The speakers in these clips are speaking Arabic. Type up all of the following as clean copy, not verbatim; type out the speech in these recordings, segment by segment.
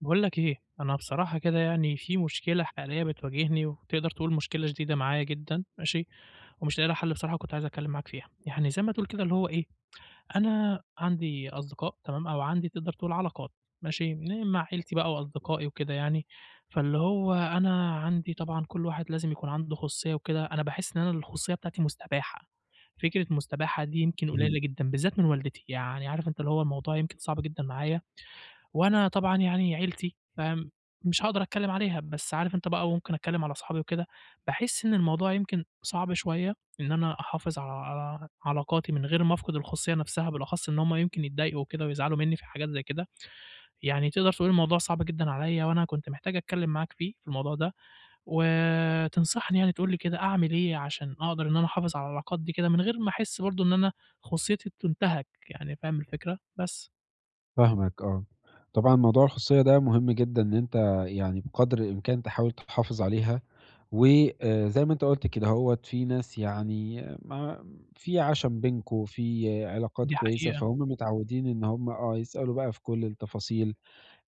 باقول لك إيه، أنا بصراحة كده في مشكلة حقيقية بتواجهني، وتقدر تقول مشكلة شديدة معايا جدًا، ماشي، ومش لاقي لها حل بصراحة وكنت عايز أتكلّم معاك فيها. يعني زي ما تقول كده اللي هو إيه، أنا عندي أصدقاء تمام، أو عندي تقدر تقول علاقات ماشي، مع عيلتي بقى وأصدقائي وكده يعني، فاللي هو أنا عندي طبعًا كل واحد لازم يكون عنده خصوصية وكده، أنا باحس إن أنا الخصوصية بتاعتي مستباحة، فكرة مستباحة دي يمكن اهم، قليلة جدًا، بالذات من والدتي، يعني عارف أنت اللي هو الموضوع يمكن صعب جدًا معايا وأنا طبعًا يعني عيلتي، فاهم، مش هاقدر أتكلّم عليها، بس عارف أنت بقى ممكن أتكلّم على صحابي وكده، باحس إن الموضوع يمكن صعب شوية إن أنا أحافظ على علاقاتي من غير ما أفقد الخصوصية نَفْسها، بالأخص إن هُم يمكن يتضايقوا وكده ويزعلوا منّي في حاجات زي كده، يعني تقدر تقول الموضوع صعب جدًا عليّا وأنا كنت محتاج أتكلّم معاك فيه، في الموضوع ده، وتنصحني يعني تقول لي كده أعمل إيه عشان أقدر إن أنا أحافظ على العلاقات دي كده من غير ما أحس برضه إن أنا خصوصيتي تُنتهك، يعني فاهم الفكرة؟ بس، فاهمك آه. طبعًا موضوع الخصوصية ده مهم جدًا إن أنت يعني بقدر الإمكان تحاول تحافظ عليها، وآآ زي ما أنت قُلت كده أهوّة، في ناس يعني ما في عَشَم بينكم، في علاقات دي كويسة، حقيقة. فهُم متعوّدين إن هُم آه، يسألوا بقى في كل التفاصيل.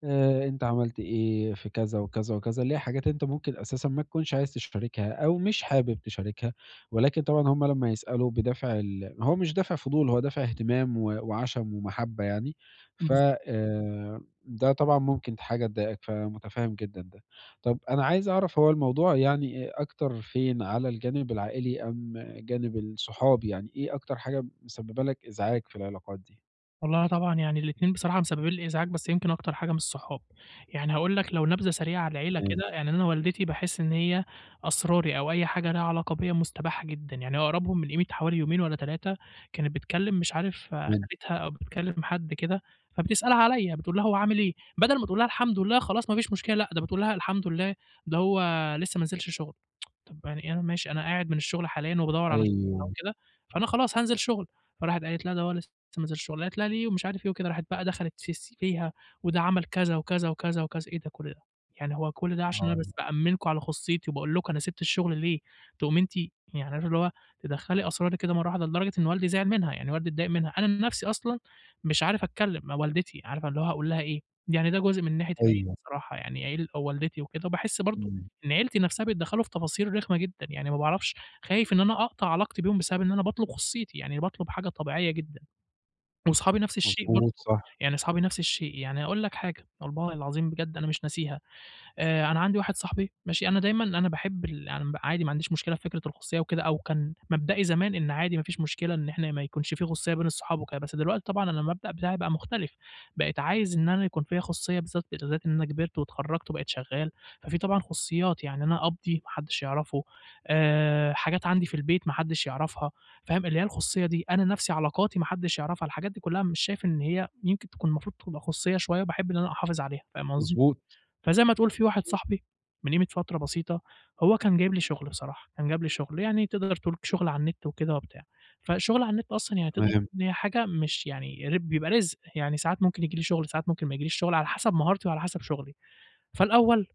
أنت عملت إيه في كذا وكذا وكذا، اللي هي حاجات أنت ممكن أساسًا ما تكونش عايز تشاركها أو مش حابب تشاركها، ولكن طبعًا هُم لمّا يسألوا بدافع ال هو مش دافع فضول، هو دافع اهتمام وعَشَم ومَحبّة يعني، ف ده طبعًا ممكن حاجة تضايقك، فمُتفهّم جدًا ده. طَب أنا عايز أعرف هو الموضوع يعني أكتر فين، على الجانب العائلي أم جانب الصحاب، يعني إيه أكتر حاجة مسبّبة لك إزعاج في العلاقات دي؟ والله طبعًا يعني الاتنين بصراحة مسببين لي إزعاج، بس يمكن أكتر حاجة من الصحاب، يعني هاقول لك لو نبذة سريعة على العيلة تمام، كده، يعني أنا والدتي باحس إن هي أسراري أو أي حاجة ليها علاقة بيّا مستباحة جدًا، يعني أقربهم من قيمة حوالي يومين والّا 3 كانت بتكلم مش عارف آه، تمام. خالتها أو بتكلم حد كده، فبتسألها عليّا بتقول لها: "هو عامل إيه؟" بدل ما تقول لها الحمد لله خلاص ما فيش مشكلة، لأ ده بتقول لها الحمد لله ده هو لسه ما نزلش شغل، طب يعني أنا ماشي أنا قاعد من الشغل حاليًا وبادوّر على شغل أيوه، أو كده، فأنا خلاص هانزل شغل، فراحت قالت لأ ده هو لسه تنزل الشغلانات لا ليه ومش عارف إيه وكده، راحت بقى دخلت في فيها وده عمل كذا وكذا وكذا وكذا، إيه ده كل ده! يعني هو كل ده عشان أنا آه، بس بأأمِّنكم على خُصيّتي وباقول لكم أنا سِبت الشغل ليه، تقومي أنتِ يعني عارفة اللي هو تدخّلي أسرارِك كده مرّة واحدة، لدرجة إن والدي زعل منها، يعني والدي اتضايق منها، أنا من نَفْسي أصلًا مش عارف أتكلّم مع والدتي، عارفة اللي هو هاقول لها إيه، يعني ده جزء من ناحية العيلة أيوه. بصراحة، يعني أو والدتي وكده، وباحس برضه إمم، إن عيلتي نَفْسها بيتدخّلوا في تفاصيل رخمة جدًا، يعني ما باعرفش خايف إن أنا أقطع علاقتي بيهم بسبب إن أنا باطلب خُصيّتي، يعني باطلب حاجة طبيعية جدًا. وصحابي نفس الشيء مضبوط برضه، صح، يعني صحابي نفس الشيء، يعني أقول لك حاجة والله العظيم بجد أنا مش ناسيها، أنا عندي واحد صاحبي ماشي، أنا دايمًا أنا باحب عادي ما عنديش مشكلة في فكرة الخصوصية وكده أو كان مبدئي زمان إن عادي ما فيش مشكلة إن إحنا ما يكونش في خصوصية بين الصحاب وكده، بس دلوقتي طبعًا أنا المبدأ بتاعي بقى مختلف، بقيت عايز إن أنا يكون فيّا خصوصية بالذات إن أنا كبرت واتخرّجت وبقيت شغّال، ففي طبعًا خصوصيات، يعني أنا قبضي ما حدّش يعرفه، حاجات عندي في البيت ما حدّش يعرفها، فاهم، اللي هي الخصوصية دي، أنا نَفْسي علاقاتي ما حدّش يعرفها، الحاجات دي كُلّها مش شايف إن هي يمكن تكون المفروض تبقى خصوصية شوية وباحب إن أنا أحافظ عليها، فاهم قصدي؟ مضبوط، فزي ما تقول في واحد صاحبي من قيمة فترة بسيطة، هو كان جايب لي شغل بصراحة، كان جاب لي شغل، يعني تقدر تقول شغل على النت وكده وبتاع، فالشغل على النت أصلًا يعني تقدر تقول تمام، إن هي حاجة مش يعني بيبقى رزق، يعني ساعات ممكن ييجي لي شغل، ساعات ممكن ما ييجيليش شغل، على حسب مهارتي وعلى حسب شغلي، فالأول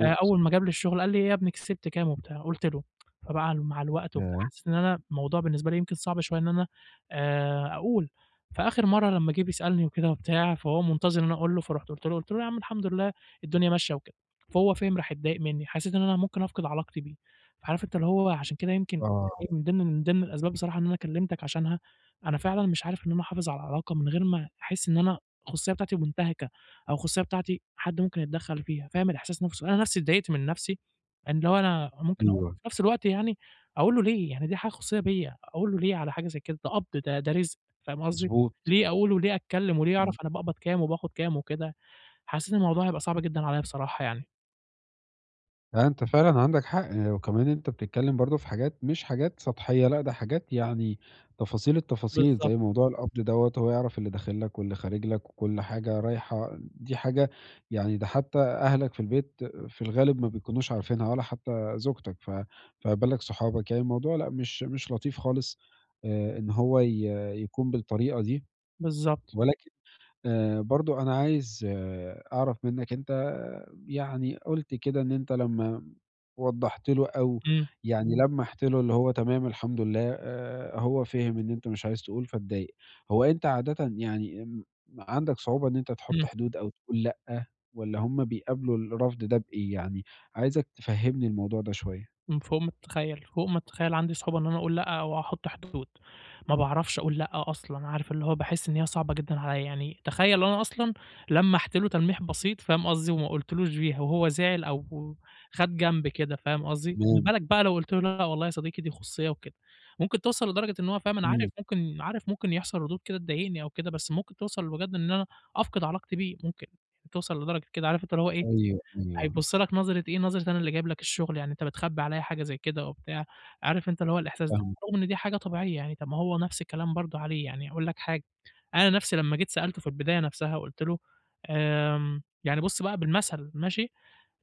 أول ما جاب لي الشغل قال لي: إيه "يا ابني كسبت كام؟" وبتاع، قُلت له، فبقى مع الوقت وبتاع ياه! حسيت إن أنا الموضوع بالنسبة لي يمكن صعب شوية إن أنا أقول، فآخر مرّة لمّا جه بيسألني وكده وبتاع، فهو منتظر إن أنا أقول له، فرُحت قُلت له، قُلت له: "يا عم الحمد لله الدنيا ماشية وكده." فهو فِهِم راح اتضايق منّي، حسيت إن أنا ممكن أفقد علاقتي بيه، فعارف أنت اللي هو عشان كده يمكن آه، إيه من ضمن الأسباب بصراحة إن أنا كلمتك عشانها، أنا فعلًا مش عارف إن أنا أحافظ على العلاقة من غير ما أحس إن أنا الخصوصية بتاعتي مُنتهكة. أو الخصوصية بتاعتي حد ممكن يتدخّل فيها، فاهم الإحساس نفسه؟ أنا نفسي اتضايقت من نفسي، إن اللي هو أنا ممكن أقول أيوه، في نفس الوقت يعني أقول له ليه؟ يعني دي حاجة خصوصية بيّا، أقول له ليه على حاجة زي كده؟ ده قبض، ده رزق، فاهم قصدي؟ مضبوط، ليه أقول وليه أتكلّم وليه يعرف إمم، أنا باقبض كام وباخد كام وكده؟ حسّيت إن الموضوع هيبقى صعب جدًا عليّا بصراحة يعني. لأ أنت فعلًا عندك حق، آه، وكمان أنت بتتكلم برضه في حاجات مش حاجات سطحية، لأ ده حاجات يعني تفاصيل التفاصيل، بالضبط، زي موضوع القبض دوّة هو يعرف اللي داخل لك واللي خارج لك وكل حاجة رايحة دي حاجة يعني ده حتى أهلك في البيت في الغالب ما بيكونوش عارفينها ولا حتى زوجتك، فما بالك صحابك، يعني الموضوع لأ مش مش لطيف خالص ، إن هو يكون بالطريقة دي. بالضبط. ولكن برضه أنا عايز آه، أعرف منّك أنت آه، يعني قُلت كده إن أنت لمّا وضّحت له أو إمم، يعني إمم. لمّحت له اللي هو تمام الحمد لله هو فِهِم إن أنت مش عايز تقول فاتضايق. هو أنت عادةً يعني عندك صعوبة إن أنت تحُط إمم. حدود أو تقول لأ والّا هم بيقابلوا الرفض ده بإيه يعني؟ عايزك تفهّمني الموضوع ده شوية. فوق ما تتخيّل، فوق ما تتخيّل عندي صعوبة إن أنا أقول لأ أو أحُط حدود، ما باعرفش أقول لأ أصلًا، عارف اللي هو باحس إن هي صعبة جدًا عليّا، يعني تخيّل أنا أصلًا لمّحت له تلميح بسيط فاهم قصدي، وما قُلتلوش بيها وهو زعل أو خَد جنب كده فاهم قصدي، ما تمام. بالك بقى لو قُلت له لأ والله يا صديقي دي خصوصية وكده، ممكن توصل لدرجة إن هو فاهم أنا عارف إمم. ممكن عارف ممكن يحصل ردود كده تضايقني أو كده، بس ممكن توصل بجد إن أنا أفقد علاقتي بيه، ممكن يعني توصل لدرجة كده عارف أنت اللي هو إيه أيوه، أيوه. هيبُص لك نظرة إيه، نظرة أنا اللي جايب لك الشغل، يعني أنت بتخبّي عليَّ حاجة زي كده وبتاع، عارف أنت اللي هو الإحساس ده، فاهمك. رغم إن دي حاجة طبيعية يعني، طب ما هو نفس الكلام برضه عليه، يعني أقول لك حاجة، أنا نفسي لمّا جيت سألته في البداية نفسها وقُلت له يعني بُص بقى بالمثل ماشي،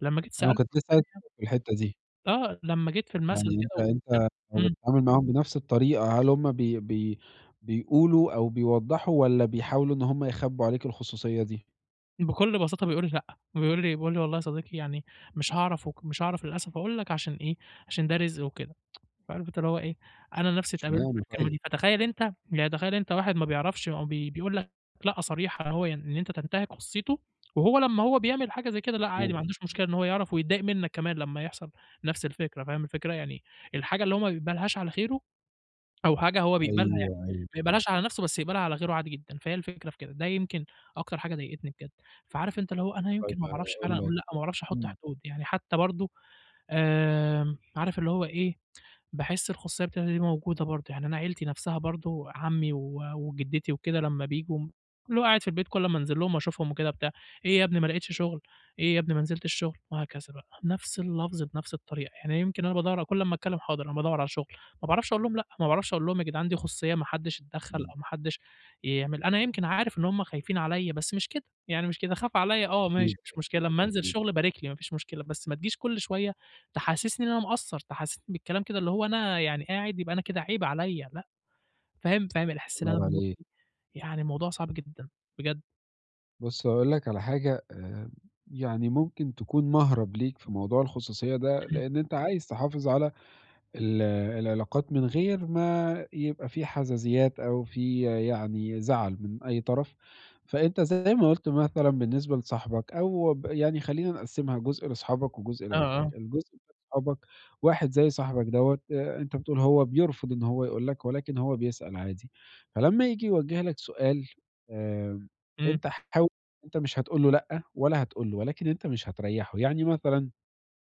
لمّا جيت أنا سألته كنت في لسه البداية في الحتّة دي. آه، لمّا جيت في المثل يعني كده أنت وقُلت له أنت لو إمم، بتتعامل معاهم بنفس الطريقة، هل هم بي بي بيقولوا أو بيوضّحوا والّا بيحاولوا إن هم يخبّوا عليك الخصوصية دي؟ بكل بساطة بيقول لي: "لأ." بيقول لي: "والله يا صديقي يعني مش هاعرف مش هاعرف للأسف أقول لك عشان إيه، عشان ده رزق وكده." فعارف أنت اللي هو إيه، أنا نفسي اتقابلت إشمعنى بالكلمة طيب؟ دي، فتخيّل أنت يعني تخيّل أنت واحد ما بيعرفش أو بيقول لك لأ صريحة إن هو يعني إن أنت تنتهك خصوصيته، وهو لمّا هو بيعمل حاجة زي كده لأ عادي مضبوط. ما عندوش مشكلة إن هو يعرف ويتضايق منك كمان لمّا يحصل نفس الفكرة، فاهم الفكرة؟ يعني الحاجة اللي هو ما بيقبلهاش على غيره أو حاجة هو بيقبلها يعني أيوه، ما أيوه. يقبلهاش على نفسه بس يقبلها على غيره عادي جدًا، فهي الفكرة في كده، ده يمكن أكتر حاجة ضايقتني بجد، فعارف أنت اللي هو أنا يمكن طيب ما باعرفش فعلًا هاقول أقول لك لأ، ما باعرفش أحط إمم، حدود، يعني حتى برضه عارف اللي هو إيه باحس الخصوصية بتاعتي دي موجودة برضه، يعني أنا عيلتي نفسها برضه عمي وجدتي وكده لمّا بييجوا اللي هو قاعد في البيت كل أمّا أنزل لهم وأشوفهم وكده بتاع، "إيه يا ابني ما لقيتش شغل، إيه يا ابني ما نزلتش شغل؟" وهكذا بقى، نفس اللفظ بنفس الطريقة، يعني يمكن أنا بادوّر كل أمّا أتكلم "حاضر أنا بادوّر على شغل." ما باعرفش أقول لهم لأ، ما باعرفش أقول لهم يا جدعان دي خصوصية ما حدش يتدخّل إمم. أو ما حدش يعمل أنا يمكن عارف إن هُم خايفين عليّا بس مش كده، يعني مش كده، خاف عليّا آه ماشي أكيد، مش أكيد، مشكلة، أمّا أنزل أكيد. شغل بارِك لي ما فيش مشكلة، بس ما تجيش كل شوية تحسسني إن أنا مقصّر، تحسسني بالكلام كده اللي هو أنا يعني قاعد يبقى أنا كده عيب عليَّ، لأ، فاهم، فاهم الإحساس اللي الله أنا ينور بامُر عليك. بيه؟ يعني الموضوع صعب جدًا بجد، بُص هاقول لك على حاجة يعني ممكن تكون مَهرب ليك في موضوع الخصوصية ده، إمم، لإن أنت عايز تحافظ على ال العلاقات من غير ما يبقى في حزازيات أو في يعني زعل من أي طرف، فأنت زي ما قُلت مثلًا بالنسبة لصاحبك أو ب يعني خلّينا نقسّمها جزء لأصحابك وجزء آه، لعيلتك، آه، الجزء بتاع صحابك واحد زي صاحبك دوّة أنت بتقول هو بيرفض إن هو يقول لك ولكن هو بيسأل عادي، فلمّا ييجي يوجّه لك سؤال آآ، إمم، أنت حاول أنت مش هتقول له لأ ولا هتقول له، ولكن أنت مش هتريّحه، يعني مثلًا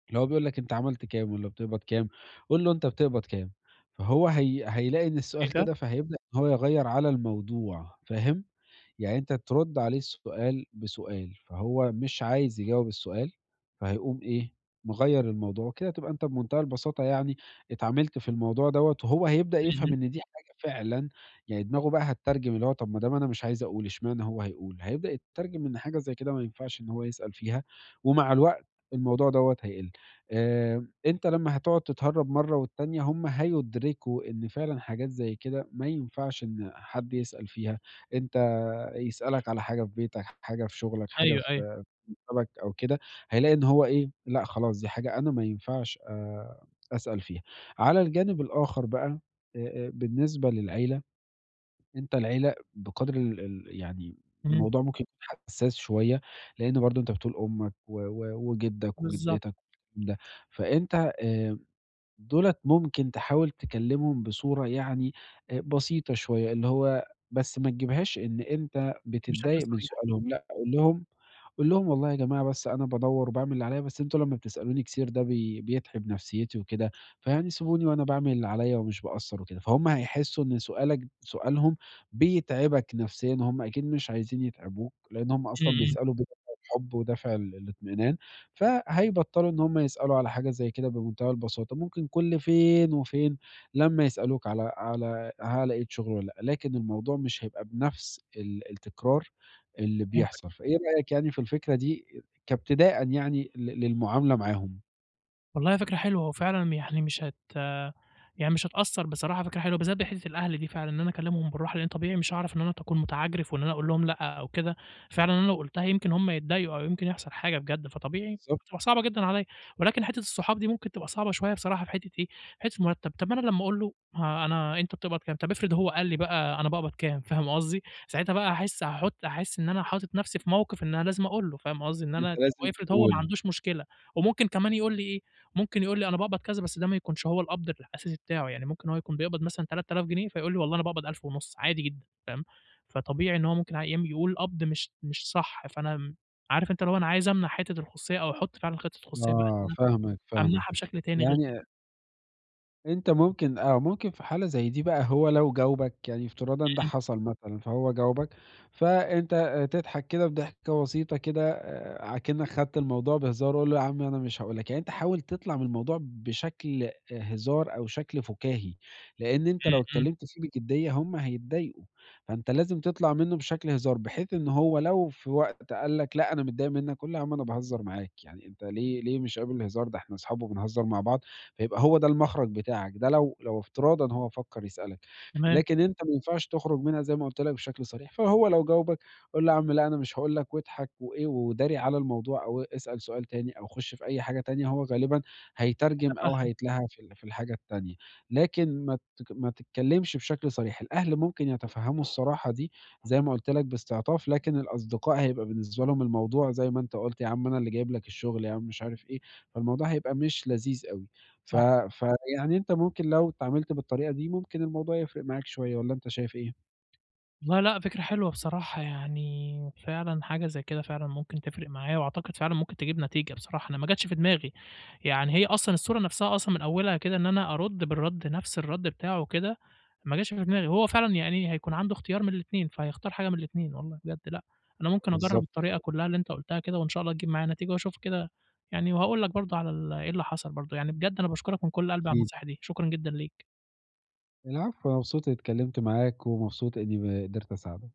اللي هو بيقول لك أنت عملت كام والّا بتقبض كام، قُل له أنت بتقبض كام، فهو هيلاقي إن إيه السؤال ده؟ كده فهيبدأ إن هو يغيّر على الموضوع، فاهم؟ يعني أنت ترُد عليه السؤال بسؤال، فهو مش عايز يجاوب السؤال، فهيقوم إيه، مغيّر الموضوع، وكده تبقى أنت بمنتهى البساطة يعني اتعاملت في الموضوع دوّة، وهو هيبدأ إمم، يفهم إمم، إن دي حاجة فعلًا يعني دماغه بقى هتترجم اللي هو طب ما دام أنا مش عايز أقول اشمعنى هو هيقول، هيبدأ يترجم إن حاجة زي كده ما ينفعش إن هو يسأل فيها، ومع الوقت الموضوع دوّة هيقل. أنت لمّا هتقعد تتهرّب مرّة والتانية هم هيُدركوا إن فعلًا حاجات زي كده ما ينفعش إن حد يسأل فيها، أنت يسألك على حاجة في بيتك، حاجة في شغلك، حاجة أيوه، أيوه، في مكتبك أو كده، هيلاقي إن هو إيه، لأ خلاص دي حاجة أنا ما ينفعش أسأل فيها. على الجانب الآخر بقى آآ، بالنسبة للعيلة، أنت العيلة بقدر ال يعني إمم، الموضوع ممكن يكون حساس شوية، لإن برضه أنت بتقول أمك و وجدك بالضبط، وجدتك والكلام ده، فأنت دُولة ممكن تحاول تكلّمهم بصورة يعني بسيطة شوية، اللي هو بس ما تجيبهاش إن أنت بشكل بتتضايق من صريح، سؤالهم، لأ قُل لهم والله يا جماعة بس أنا بادوّر وباعمل اللي عليّا، بس أنتم لمّا بتسألوني كتير ده بيتعب نفسيتي وكده، فيعني سيبوني وأنا باعمل اللي عليّا ومش باقصّر وكده، فهُم هيحسّوا إن سؤالهم بيتعبك نفسيًا، هُم أكيد مش عايزين يتعبوك، لإن هُم إمم، أصلًا إمم، بيسألوا بدافع الحب ودافع ال الاطمئنان، فهيبطّلوا إن هُم يسألوا على حاجة زي كده بمنتهى البساطة، ممكن كل فين وفين لمّا يسألوك على على هل لقيت شغل والّا لأ، لكن الموضوع مش هيبقى بنفس ال التكرار اللي فهمت بيحصل، فإيه رأيك يعني في الفكرة دي كابتداءً يعني ل للمعاملة معاهم؟ والله فكرة حلوة، وفعلًا يعني مش هت يعني مش هتأثّر بصراحة فكرة حلوة، بالذات بحتّة الأهل دي فعلًا، إن أنا أكلّمهم بالراحة، لإن طبيعي مش هاعرف إن أنا أكون متعجرف وإن أنا أقول لهم لأ أو كده، فعلًا أنا لو قُلتها يمكن هم يتضايقوا أو يمكن يحصل حاجة بجد، فطبيعي بالضبط، هتبقى صعبة جدًا عليّا، ولكن حتّة الصحاب دي ممكن تبقى صعبة شوية بصراحة في حتّة إيه، في حتّة المرتّب، طَب ما أنا لمّا أقول له ها أنا أنت بتقبض كام، طَب افرض هو قال لي بقى أنا باقبض كام، فاهم قصدي؟ ساعتها بقى هاحس إن أنا حاطط نَفْسي في موقِف إن أنا لازم أقول له، فاهم قصدي؟ إن أنت أنا لازم وافرض هو ما تقول عندوش مشكلة، وممكن كمان يقول لي إيه ممكن يقول لي أنا باقبض كذا، بس ده ما يكونش هو القبض الأساسي بتاعه، يعني ممكن هو يكون بيقبض مثلًا 3000 جنيه، فيقول لي والله أنا باقبض 1500 عادي جدًا، فاهم؟ فطبيعي إن هو ممكن أيام يقول قبض مش صح، فأنا م عارف أنت اللي هو أنا عايز أمنع حتّة الخصوصية أو أحط فعلًا خِطّة خصوصية بقى إن آه، أنا فاهمك، فاهمك. أمنعها بشكل تاني غير كده. يعني أنت ممكن آه، ممكن في حالة زي دي بقى هو لو جاوبك يعني افتراضًا ده إمم، حصل مثلًا، فهو جاوبك، فأنت تضحك كده بضحكة بسيطة كده أكنك خدت الموضوع بهزار، قُل له: "يا عم أنا مش هاقول لك." يعني أنت حاول تطلع من الموضوع بشكل هزار أو شكل فكاهي، لأن أنت إمم، لو إمم، اتكلمت فيه بجدية هم هيتضايقوا، فأنت لازم تطلع منه بشكل هزار، بحيث إن هو لو في وقت قال لك: "لأ أنا متضايق منك." قُل له: "يا عم أنا باهزر معاك." يعني أنت ليه مش قابل الهزار؟ ده إحنا أصحاب وبنهزر مع بعض فيبقى هو ده المخرج بتاعك، ده لو افتراضًا هو فكّر يسألك، تمام، لكن أنت ما ينفعش تخرج منها زي ما قُلت لك بشكل صريح، فهو لو جاوبك قُل له: "يا عم لأ أنا مش هاقول لك." واضحك وإيه وداري على الموضوع أو اسأل سؤال تاني أو خُش في أي حاجة تانية، هو غالبًا هيترجم أو متفهم. هيتلهى في ال في الحاجة التانية، لكن ما تتكلمش بشكل صريح، الأهل ممكن يتفهموا الصراحة دي زي ما قُلت لك باستعطاف، لكن الأصدقاء هيبقى بالنسبة لهم الموضوع زي ما أنت قُلت، يا عم أنا اللي جايب لك الشغل، يا عم مش عارف إيه، فالموضوع هيبقى مش لذيذ أوي. ف فيعني أنت ممكن لو اتعاملت بالطريقة دي، ممكن الموضوع يفرق معاك شوية والّا أنت شايف إيه؟ والله لأ، فكرة حلوة بصراحة، يعني فعلًا حاجة زي كده فعلًا ممكن تفرق معايا، وأعتقد فعلًا ممكن تجيب نتيجة بصراحة، أنا ما جاتش في دماغي، يعني هي أصلًا الصورة نفسها أصلًا من أولها كده إن أنا أرُد بالرد نفس الرد بتاعه وكده، ما جاتش في دماغي، هو فعلًا يعني هيكون عنده اختيار من الاتنين، فهيختار حاجة من الاتنين والله بجد لأ، أنا ممكن أجرّب بالضبط الطريقة كده، كلها اللي أنت قُلتها كده، وإن شاء الله تجيب معايا نتيجة وأشوف كده يعني وهاقول لك برضه على ال إيه اللي حصل برضه، يعني بجد أنا باشكرك من كل قلبي على أكيد. النصايح دي، شكرًا جدًا ليك. العفو، أنا مبسوط إني اتكلمت معاك ومبسوط إني ب قدرت أساعدك.